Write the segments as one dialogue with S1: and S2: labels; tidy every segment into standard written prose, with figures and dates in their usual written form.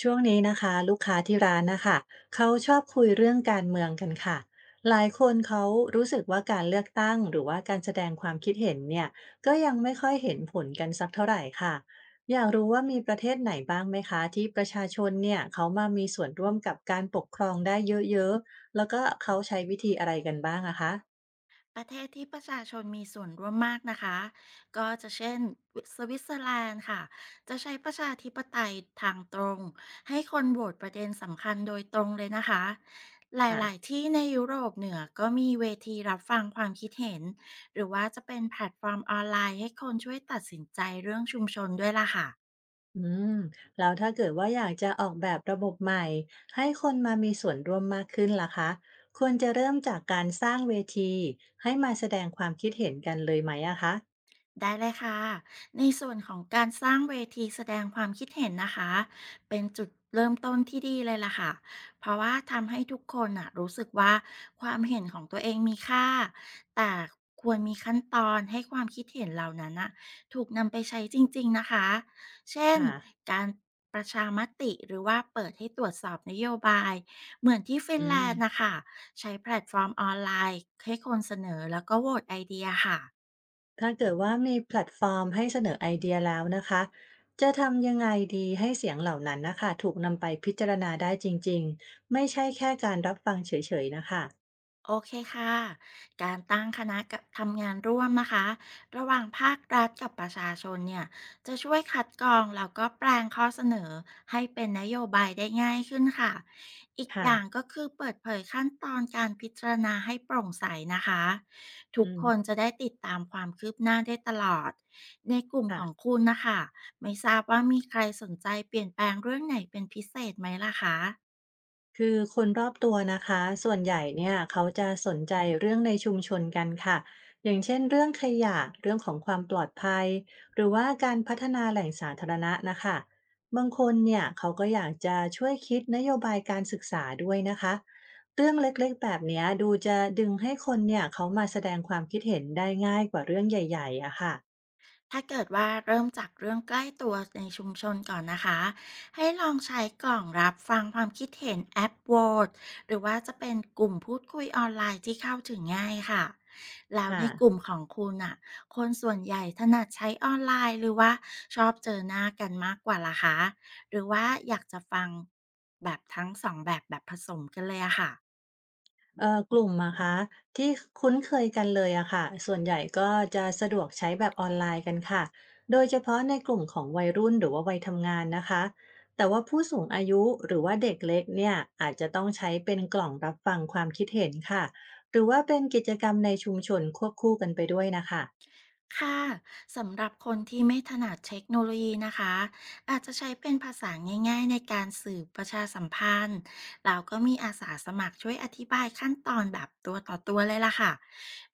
S1: ช่วงนี้นะคะลูกค้าที่ร้านนะคะเขาชอบคุยเรื่องการเมืองกันค่ะหลายคนเขารู้สึกว่าการเลือกตั้งหรือว่าการแสดงความคิดเห็นเนี่ยก็ยังไม่ค่อยเห็นผลกันสักเท่าไหร่ค่ะอยากรู้ว่ามีประเทศไหนบ้างไหมคะที่ประชาชนเนี่ยเขามามีส่วนร่วมกับการปกครองได้เยอะๆแล้วก็เขาใช้วิธีอะไรกันบ้างอะคะ
S2: ประเทศที่ประชาชนมีส่วนร่วมมากนะคะก็จะเช่นสวิตเซอร์แลนด์ค่ะจะใช้ประชาธิปไตยทางตรงให้คนโหวตประเด็นสำคัญโดยตรงเลยนะคะห
S1: อ่ะ
S2: ลายๆที่ในยุโรปเหนือก็มีเวทีรับฟังความคิดเห็นหรือว่าจะเป็นแพลตฟอร์มออนไลน์ให้คนช่วยตัดสินใจเรื่องชุมชนด้วยล่ะค่ะ
S1: อืมแล้วถ้าเกิดว่าอยากจะออกแบบระบบใหม่ให้คนมามีส่วนร่วมมากขึ้นล่ะคะควรจะเริ่มจากการสร้างเวทีให้มาแสดงความคิดเห็นกันเลยไหมอะคะ
S2: ได้เลยค่ะ ในส่วนของการสร้างเวทีแสดงความคิดเห็นนะคะ เป็นจุดเริ่มต้นที่ดีเลยล่ะค่ะ เพราะว่าทำให้ทุกคนอ่ะรู้สึกว่าความเห็นของตัวเองมีค่า แต่ควรมีขั้นตอนให้ความคิดเห็นเหล่านั้นน่ะถูกนำไปใช้จริงๆนะคะ เช่น
S1: ค่ะ
S2: การประชามติหรือว่าเปิดให้ตรวจสอบนโยบายเหมือนที่ฟิ
S1: อื
S2: นแล
S1: ม
S2: นด์นะคะใช้แพลตฟอร์มออนไลน์ให้คนเสนอแล้วก็โหวตไอเดียค่ะ
S1: ถ้าเกิดว่ามีแพลตฟอร์มให้เสนอไอเดียแล้วนะคะจะทำยังไงดีให้เสียงเหล่านั้นนะคะถูกนำไปพิจารณาได้จริงๆไม่ใช่แค่การรับฟังเฉยๆนะคะ
S2: โอเคค่ะ การตั้งคณะกับทำงานร่วมนะคะระหว่างภาครัฐกับประชาชนเนี่ยจะช่วยคัดกรองแล้วก็แปลงข้อเสนอให้เป็นนโยบายได้ง่ายขึ้นค่ะอีกอ
S1: ค่ะ
S2: ย่างก็คือเปิดเผยขั้นตอนการพิจารณาให้โปร่งใสนะคะทุก
S1: อื
S2: คน
S1: ม
S2: จะได้ติดตามความคืบหน้าได้ตลอดในกลุ่มข
S1: ค่ะ
S2: องคุณนะคะไม่ทราบว่ามีใครสนใจเปลี่ยนแปลงเรื่องไหนเป็นพิเศษไหมล่ะคะ
S1: คือคนรอบตัวนะคะส่วนใหญ่เนี่ยเขาจะสนใจเรื่องในชุมชนกันค่ะอย่างเช่นเรื่องขยะเรื่องของความปลอดภัยหรือว่าการพัฒนาแหล่งสาธารณะนะคะบางคนเนี่ยเขาก็อยากจะช่วยคิดนโยบายการศึกษาด้วยนะคะเรื่องเล็กๆแบบเนี้ยดูจะดึงให้คนเนี่ยเขามาแสดงความคิดเห็นได้ง่ายกว่าเรื่องใหญ่ๆอะค่ะ
S2: ถ้าเกิดว่าเริ่มจากเรื่องใกล้ตัวในชุมชนก่อนนะคะให้ลองใช้กล่องรับฟังความคิดเห็นแอปโหวตหรือว่าจะเป็นกลุ่มพูดคุยออนไลน์ที่เข้าถึงง่ายค่ะแล้ว
S1: ค่ะ
S2: ในกลุ่มของคุณอ่ะคนส่วนใหญ่ถนัดใช้ออนไลน์หรือว่าชอบเจอหน้ากันมากกว่าล่ะคะหรือว่าอยากจะฟังแบบทั้งสองแบบแบบผสมกันเลยอะค่ะ
S1: กลุ่มอะคะที่คุ้นเคยกันเลยอะค่ะส่วนใหญ่ก็จะสะดวกใช้แบบออนไลน์กันค่ะโดยเฉพาะในกลุ่มของวัยรุ่นหรือว่าวัยทำงานนะคะแต่ว่าผู้สูงอายุหรือว่าเด็กเล็กเนี่ยอาจจะต้องใช้เป็นกล่องรับฟังความคิดเห็นค่ะหรือว่าเป็นกิจกรรมในชุมชนควบคู่กันไปด้วยนะคะ
S2: ค่ะสำหรับคนที่ไม่ถนัดเทคโนโลยีนะคะอาจจะใช้เป็นภาษาง่ายๆในการสื่อประชาสัมพันธ์แล้วก็มีอาสาสมัครช่วยอธิบายขั้นตอนแบบตัวต่อตัวเลยล่ะค่ะ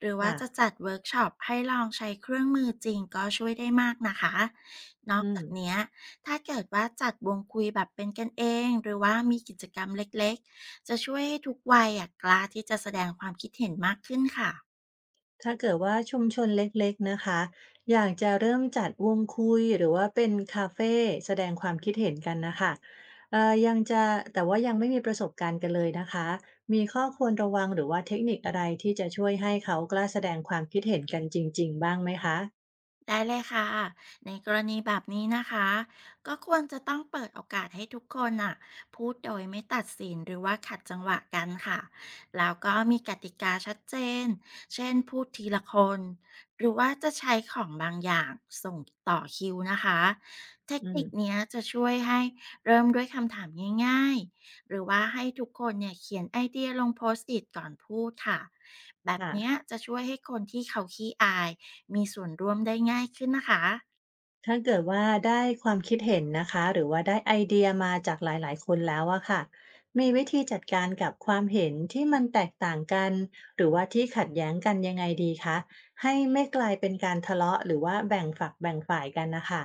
S2: หรือว่า
S1: ค่ะ
S2: จะจัดเวิร์กช็อปให้ลองใช้เครื่องมือจริงก็ช่วยได้มากนะคะนอก
S1: อืม
S2: จากเนี้ยถ้าเกิดว่าจัดวงคุยแบบเป็นกันเองหรือว่ามีกิจกรรมเล็กๆจะช่วยให้ทุกวัยอะกล้าที่จะแสดงความคิดเห็นมากขึ้นค่ะ
S1: ถ้าเกิดว่าชุมชนเล็กๆนะคะอยากจะเริ่มจัดวงคุยหรือว่าเป็นคาเฟแสดงความคิดเห็นกันนะคะเอ่อยังจะแต่ว่ายังไม่มีประสบการณ์กันเลยนะคะมีข้อควรระวังหรือว่าเทคนิคอะไรที่จะช่วยให้เขากล้าแสดงความคิดเห็นกันจริงๆบ้างไหมคะ
S2: ได้เลยค่ะในกรณีแบบนี้นะคะก็ควรจะต้องเปิดโอกาสให้ทุกคนอ่ะพูดโดยไม่ตัดสินหรือว่าขัดจังหวะกันค่ะแล้วก็มีกติกาชัดเจนเช่นพูดทีละคนหรือว่าจะใช้ของบางอย่างส่งต่อคิวนะคะเทค
S1: อื
S2: นิค
S1: ม
S2: เนี้ยจะช่วยให้เริ่มด้วยคำถามง่ายๆหรือว่าให้ทุกคนเนี่ยเขียนไอเดียลงโพสต์อิทก่อนพูดค่ะแบบ
S1: ค่ะ
S2: เนี้ยจะช่วยให้คนที่เขาขี้อาย มีส่วนร่วมได้ง่ายขึ้นนะคะ
S1: ถ้าเกิดว่าได้ความคิดเห็นนะคะหรือว่าได้ไอเดียมาจากหลายๆคนแล้วอะค่ะมีวิธีจัดการกับความเห็นที่มันแตกต่างกันหรือว่าที่ขัดแย้งกันยังไงดีคะให้ไม่กลายเป็นการทะเลาะหรือว่าแบ่งฝักแบ่งฝ่ายกันนะคะ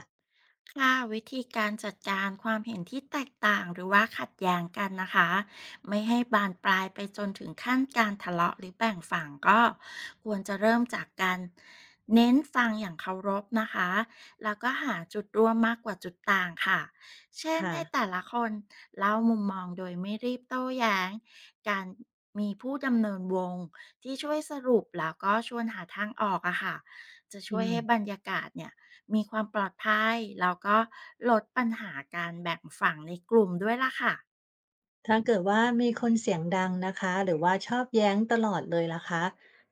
S2: ค่ะวิธีการจัดการความเห็นที่แตกต่างหรือว่าขัดแย้งกันนะคะไม่ให้บานปลายไปจนถึงขั้นการทะเลาะหรือแบ่งฝั่งก็ควรจะเริ่มจากการเน้นฟังอย่างเคารพนะคะแล้วก็หาจุดร่วมมากกว่าจุดต่างค่ะเช่น
S1: ค่ะ
S2: ให้แต่ละคนเล่ามุมมองโดยไม่รีบโต้แย้งการมีผู้ดำเนินวงที่ช่วยสรุปแล้วก็ชวนหาทางออกอะค่ะจะ
S1: อื
S2: ช่วย
S1: ม
S2: ให้บรรยากาศเนี่ย มีความปลอดภัยแล้วก็ลดปัญหาการแบ่งฝั่งในกลุ่มด้วยล่ะค่ะ
S1: ถ้าเกิดว่ามีคนเสียงดังนะคะหรือว่าชอบแย้งตลอดเลยล่ะคะ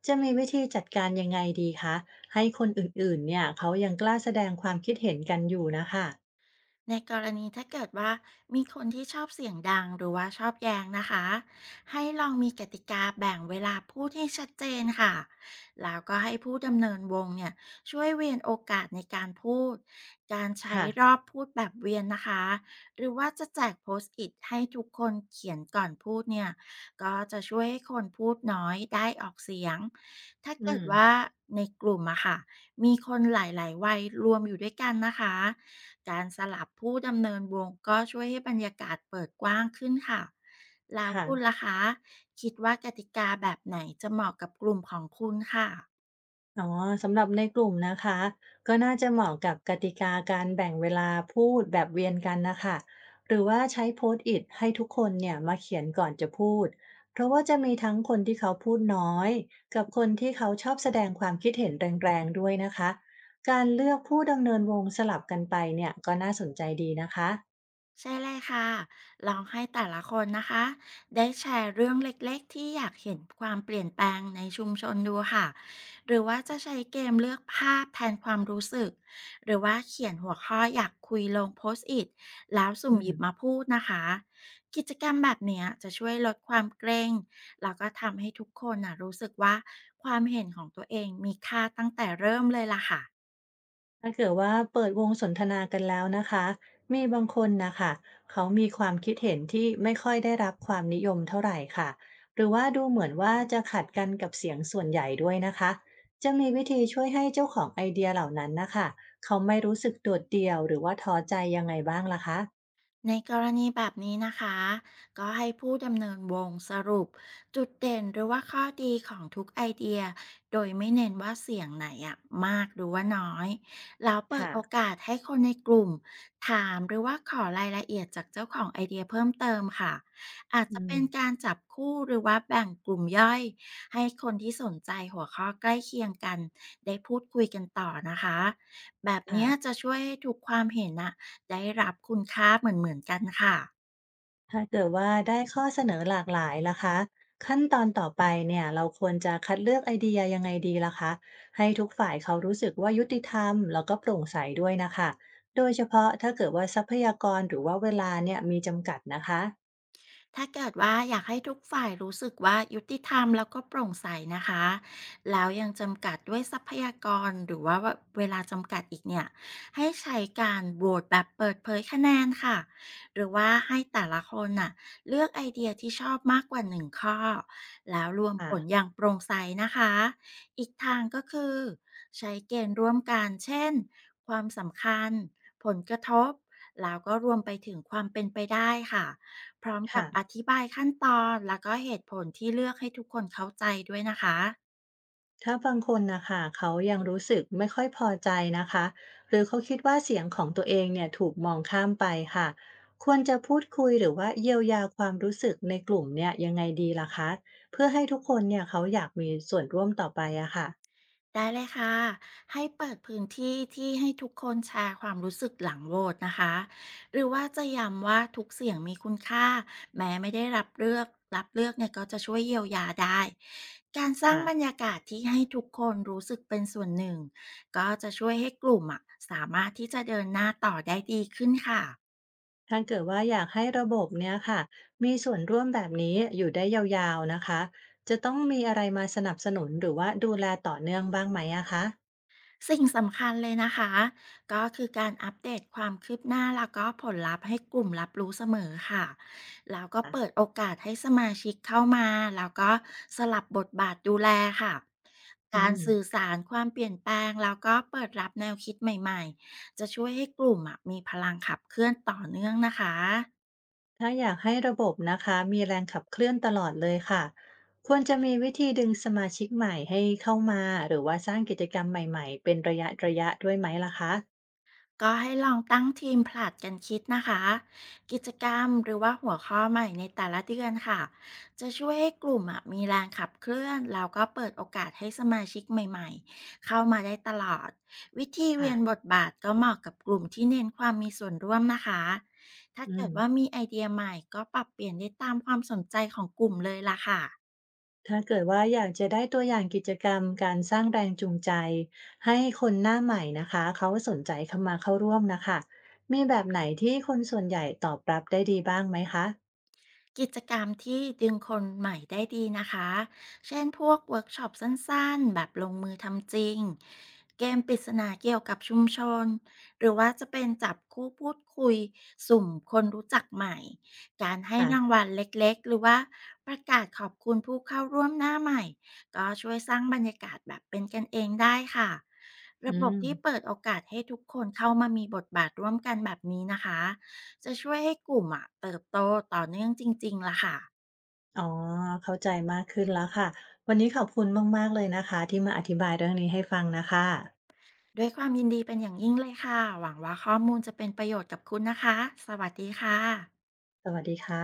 S1: จะมีวิธีจัดการยังไงดีคะให้คนอื่นๆเนี่ยเขายังกล้าแสดงความคิดเห็นกันอยู่นะคะ
S2: ในกรณีถ้าเกิดว่ามีคนที่ชอบเสียงดังหรือว่าชอบแย้งนะคะให้ลองมีกติกาแบ่งเวลาพูดให้ชัดเจนค่ะแล้วก็ให้ผู้ดำเนินวงเนี่ยช่วยเวียนโอกาสในการพูดการใช้
S1: ค่ะ
S2: รอบพูดแบบเวียนนะคะหรือว่าจะแจกโพสต์อิทให้ทุกคนเขียนก่อนพูดเนี่ยก็จะช่วยให้คนพูดน้อยได้ออกเสียงถ้า
S1: อื
S2: เกิด
S1: ม
S2: ว่าในกลุ่มอะค่ะมีคนหลายๆวัยรวมอยู่ด้วยกันนะคะ การสลับผู้ดำเนินวงก็ช่วยให้บรรยากาศเปิดกว้างขึ้นค่ะ แล้ว
S1: ค่ะ
S2: คุณล่ะคะ คิดว่ากติกาแบบไหนจะเหมาะกับกลุ่มของคุณค่ะ
S1: อ๋อสำหรับในกลุ่มนะคะก็น่าจะเหมาะกับกติกาการแบ่งเวลาพูดแบบเวียนกันนะคะหรือว่าใช้โพสต์อิทให้ทุกคนเนี่ยมาเขียนก่อนจะพูดเพราะว่าจะมีทั้งคนที่เขาพูดน้อยกับคนที่เขาชอบแสดงความคิดเห็นแรงๆด้วยนะคะการเลือกผู้ดำเนินวงสลับกันไปเนี่ยก็น่าสนใจดีนะคะ
S2: ใช่เลยค่ะ ลองให้แต่ละคนนะคะได้แชร์เรื่องเล็กๆที่อยากเห็นความเปลี่ยนแปลงในชุมชนดูค่ะ หรือว่าจะใช้เกมเลือกภาพแทนความรู้สึก หรือว่าเขียนหัวข้ออยากคุยลงโพสต์อิทแล้วสุ่
S1: อื
S2: มหยิบ
S1: ม
S2: มาพูดนะคะ กิจกรรมแบบเนี้ยจะช่วยลดความเกรงแล้วก็ทำให้ทุกคนนะรู้สึกว่าความเห็นของตัวเองมีค่าตั้งแต่เริ่มเลยล่ะค่ะ
S1: ถ้าเกิดว่าเปิดวงสนทนากันแล้วนะคะมีบางคนนะคะเขามีความคิดเห็นที่ไม่ค่อยได้รับความนิยมเท่าไหร่ค่ะหรือว่าดูเหมือนว่าจะขัดกันกับเสียงส่วนใหญ่ด้วยนะคะจะมีวิธีช่วยให้เจ้าของไอเดียเหล่านั้นนะคะเขาไม่รู้สึกโดดเดี่ยวหรือว่าท้อใจยังไงบ้างล่ะคะ
S2: ในกรณีแบบนี้นะคะก็ให้ผู้ดำเนินวงสรุปจุดเด่นหรือว่าข้อดีของทุกไอเดียโดยไม่เน้นว่าเสียงไหนอะมากหรือว่าน้อยแล้วเปิด
S1: ค่ะ
S2: โอกาสให้คนในกลุ่มถามหรือว่าขอรายละเอียดจากเจ้าของไอเดียเพิ่มเติมค่ะอาจ
S1: อื
S2: จะ
S1: ม
S2: เป็นการจับคู่หรือว่าแบ่งกลุ่มย่อยให้คนที่สนใจหัวข้อใกล้เคียงกันได้พูดคุยกันต่อนะคะแบบ
S1: ค่ะ
S2: เนี้ยจะช่วยให้ทุกความเห็นอะ ได้รับคุณค่าเหมือนๆกันค่ะ
S1: ถ้าเกิดว่าได้ข้อเสนอหลากหลายล่ะคะขั้นตอนต่อไปเนี่ยเราควรจะคัดเลือกไอเดียยังไงดีล่ะคะให้ทุกฝ่ายเขารู้สึกว่ายุติธรรมแล้วก็โปร่งใสด้วยนะคะโดยเฉพาะถ้าเกิดว่าทรัพยากรหรือว่าเวลาเนี่ยมีจำกัดนะคะ
S2: ถ้าเกิดว่าอยากให้ทุกฝ่ายรู้สึกว่ายุติธรรมแล้วก็โปร่งใสนะคะแล้วยังจำกัดด้วยทรัพยากรหรือว่าเวลาจำกัดอีกเนี่ยให้ใช้การโหวตแบบเปิดเผยคะแนนค่ะหรือว่าให้แต่ละคนน่ะเลือกไอเดียที่ชอบมากกว่าหนึ่งข้อแล้วรวม
S1: อ่ะ
S2: ผลอย่างโปร่งใสนะคะอีกทางก็คือใช้เกณฑ์ร่วมกันเช่นความสำคัญผลกระทบแล้วก็รวมไปถึงความเป็นไปได้ค่ะ พร้อมกับ
S1: ค่ะ
S2: อธิบายขั้นตอนแล้วก็เหตุผลที่เลือกให้ทุกคนเข้าใจด้วยนะคะ
S1: ถ้าบางคนนะคะเขายังรู้สึกไม่ค่อยพอใจนะคะหรือเขาคิดว่าเสียงของตัวเองเนี่ยถูกมองข้ามไปค่ะควรจะพูดคุยหรือว่าเยียวยาความรู้สึกในกลุ่มเนี่ยยังไงดีล่ะคะเพื่อให้ทุกคนเนี่ยเขาอยากมีส่วนร่วมต่อไปอะค่ะ
S2: ได้เลยค่ะให้เปิดพื้นที่ที่ให้ทุกคนแชร์ความรู้สึกหลังโหวตนะคะหรือว่าจะย้ำว่าทุกเสียงมีคุณค่าแม้ไม่ได้รับเลือกเนี่ยก็จะช่วยเยียวยาได้การสร้าง
S1: ค่ะ
S2: บรรยากาศที่ให้ทุกคนรู้สึกเป็นส่วนหนึ่งก็จะช่วยให้กลุ่มอะสามารถที่จะเดินหน้าต่อได้ดีขึ้นค่ะ
S1: ถ้าเกิดว่าอยากให้ระบบเนี่ยค่ะมีส่วนร่วมแบบนี้อยู่ได้ยาวๆนะคะจะต้องมีอะไรมาสนับสนุนหรือว่าดูแลต่อเนื่องบ้างไหมอะคะ
S2: สิ่งสำคัญเลยนะคะก็คือการอัปเดตความคืบหน้าแล้วก็ผลลัพธ์ให้กลุ่มรับรู้เสมอค่ะแล้วก็
S1: ค่ะ
S2: เปิดโอกาสให้สมาชิกเข้ามาแล้วก็สลับบทบาทดูแลค่ะ
S1: อื
S2: การ
S1: ม
S2: สื่อสารความเปลี่ยนแปลงแล้วก็เปิดรับแนวคิดใหม่ๆจะช่วยให้กลุ่มอะมีพลังขับเคลื่อนต่อเนื่องนะคะ
S1: ถ้าอยากให้ระบบนะคะมีแรงขับเคลื่อนตลอดเลยค่ะควรจะมีวิธีดึงสมาชิกใหม่ให้เข้ามาหรือว่าสร้างกิจกรรมใหม่ๆเป็นระยะระยะด้วยไหมล่ะคะ
S2: ก็ให้ลองตั้งทีมผลัดกันคิดนะคะกิจกรรมหรือว่าหัวข้อใหม่ในแต่ละเดือนค่ะจะช่วยให้กลุ่มอะมีแรงขับเคลื่อนแล้วก็เปิดโอกาสให้สมาชิกใหม่ๆเข้ามาได้ตลอดวิธีเวี
S1: ค่ะ
S2: ยนบทบาทก็เหมาะกับกลุ่มที่เน้นความมีส่วนร่วมนะคะถ้า
S1: อื
S2: เกิด
S1: ม
S2: ว่ามีไอเดียใหม่ก็ปรับเปลี่ยนได้ตามความสนใจของกลุ่มเลยล่ะค่ะ
S1: ถ้าเกิดว่าอยากจะได้ตัวอย่างกิจกรรมการสร้างแรงจูงใจให้คนหน้าใหม่นะคะเขาสนใจเข้ามาเข้าร่วมนะคะมีแบบไหนที่คนส่วนใหญ่ตอบรับได้ดีบ้างไหมคะ
S2: กิจกรรมที่ดึงคนใหม่ได้ดีนะคะ เช่นพวกเวิร์กช็อปสั้นๆ แบบลงมือทำจริง เกมปริศนาเกี่ยวกับชุมชน หรือว่าจะเป็นจับคู่พูดคุยสุ่มคนรู้จักใหม่ การให้ราง
S1: ค่ะ
S2: วัลเล็กๆ หรือว่าประกาศขอบคุณผู้เข้าร่วมหน้าใหม่ ก็ช่วยสร้างบรรยากาศแบบเป็นกันเองได้ค่ะ ระ
S1: อื
S2: บบ
S1: ม
S2: ที่เปิดโอกาสให้ทุกคนเข้ามามีบทบาทร่วมกันแบบนี้นะคะ จะช่วยให้กลุ่มอะเติบโตต่อเนื่องจริงๆล่ะค่ะ
S1: อ๋อเข้าใจมากขึ้นแล้วค่ะวันนี้ขอบคุณมากๆเลยนะคะที่มาอธิบายเรื่องนี้ให้ฟังนะคะ
S2: ด้วยความยินดีเป็นอย่างยิ่งเลยค่ะหวังว่าข้อมูลจะเป็นประโยชน์กับคุณนะคะสวัสดีค่ะ
S1: สวัสดีค่ะ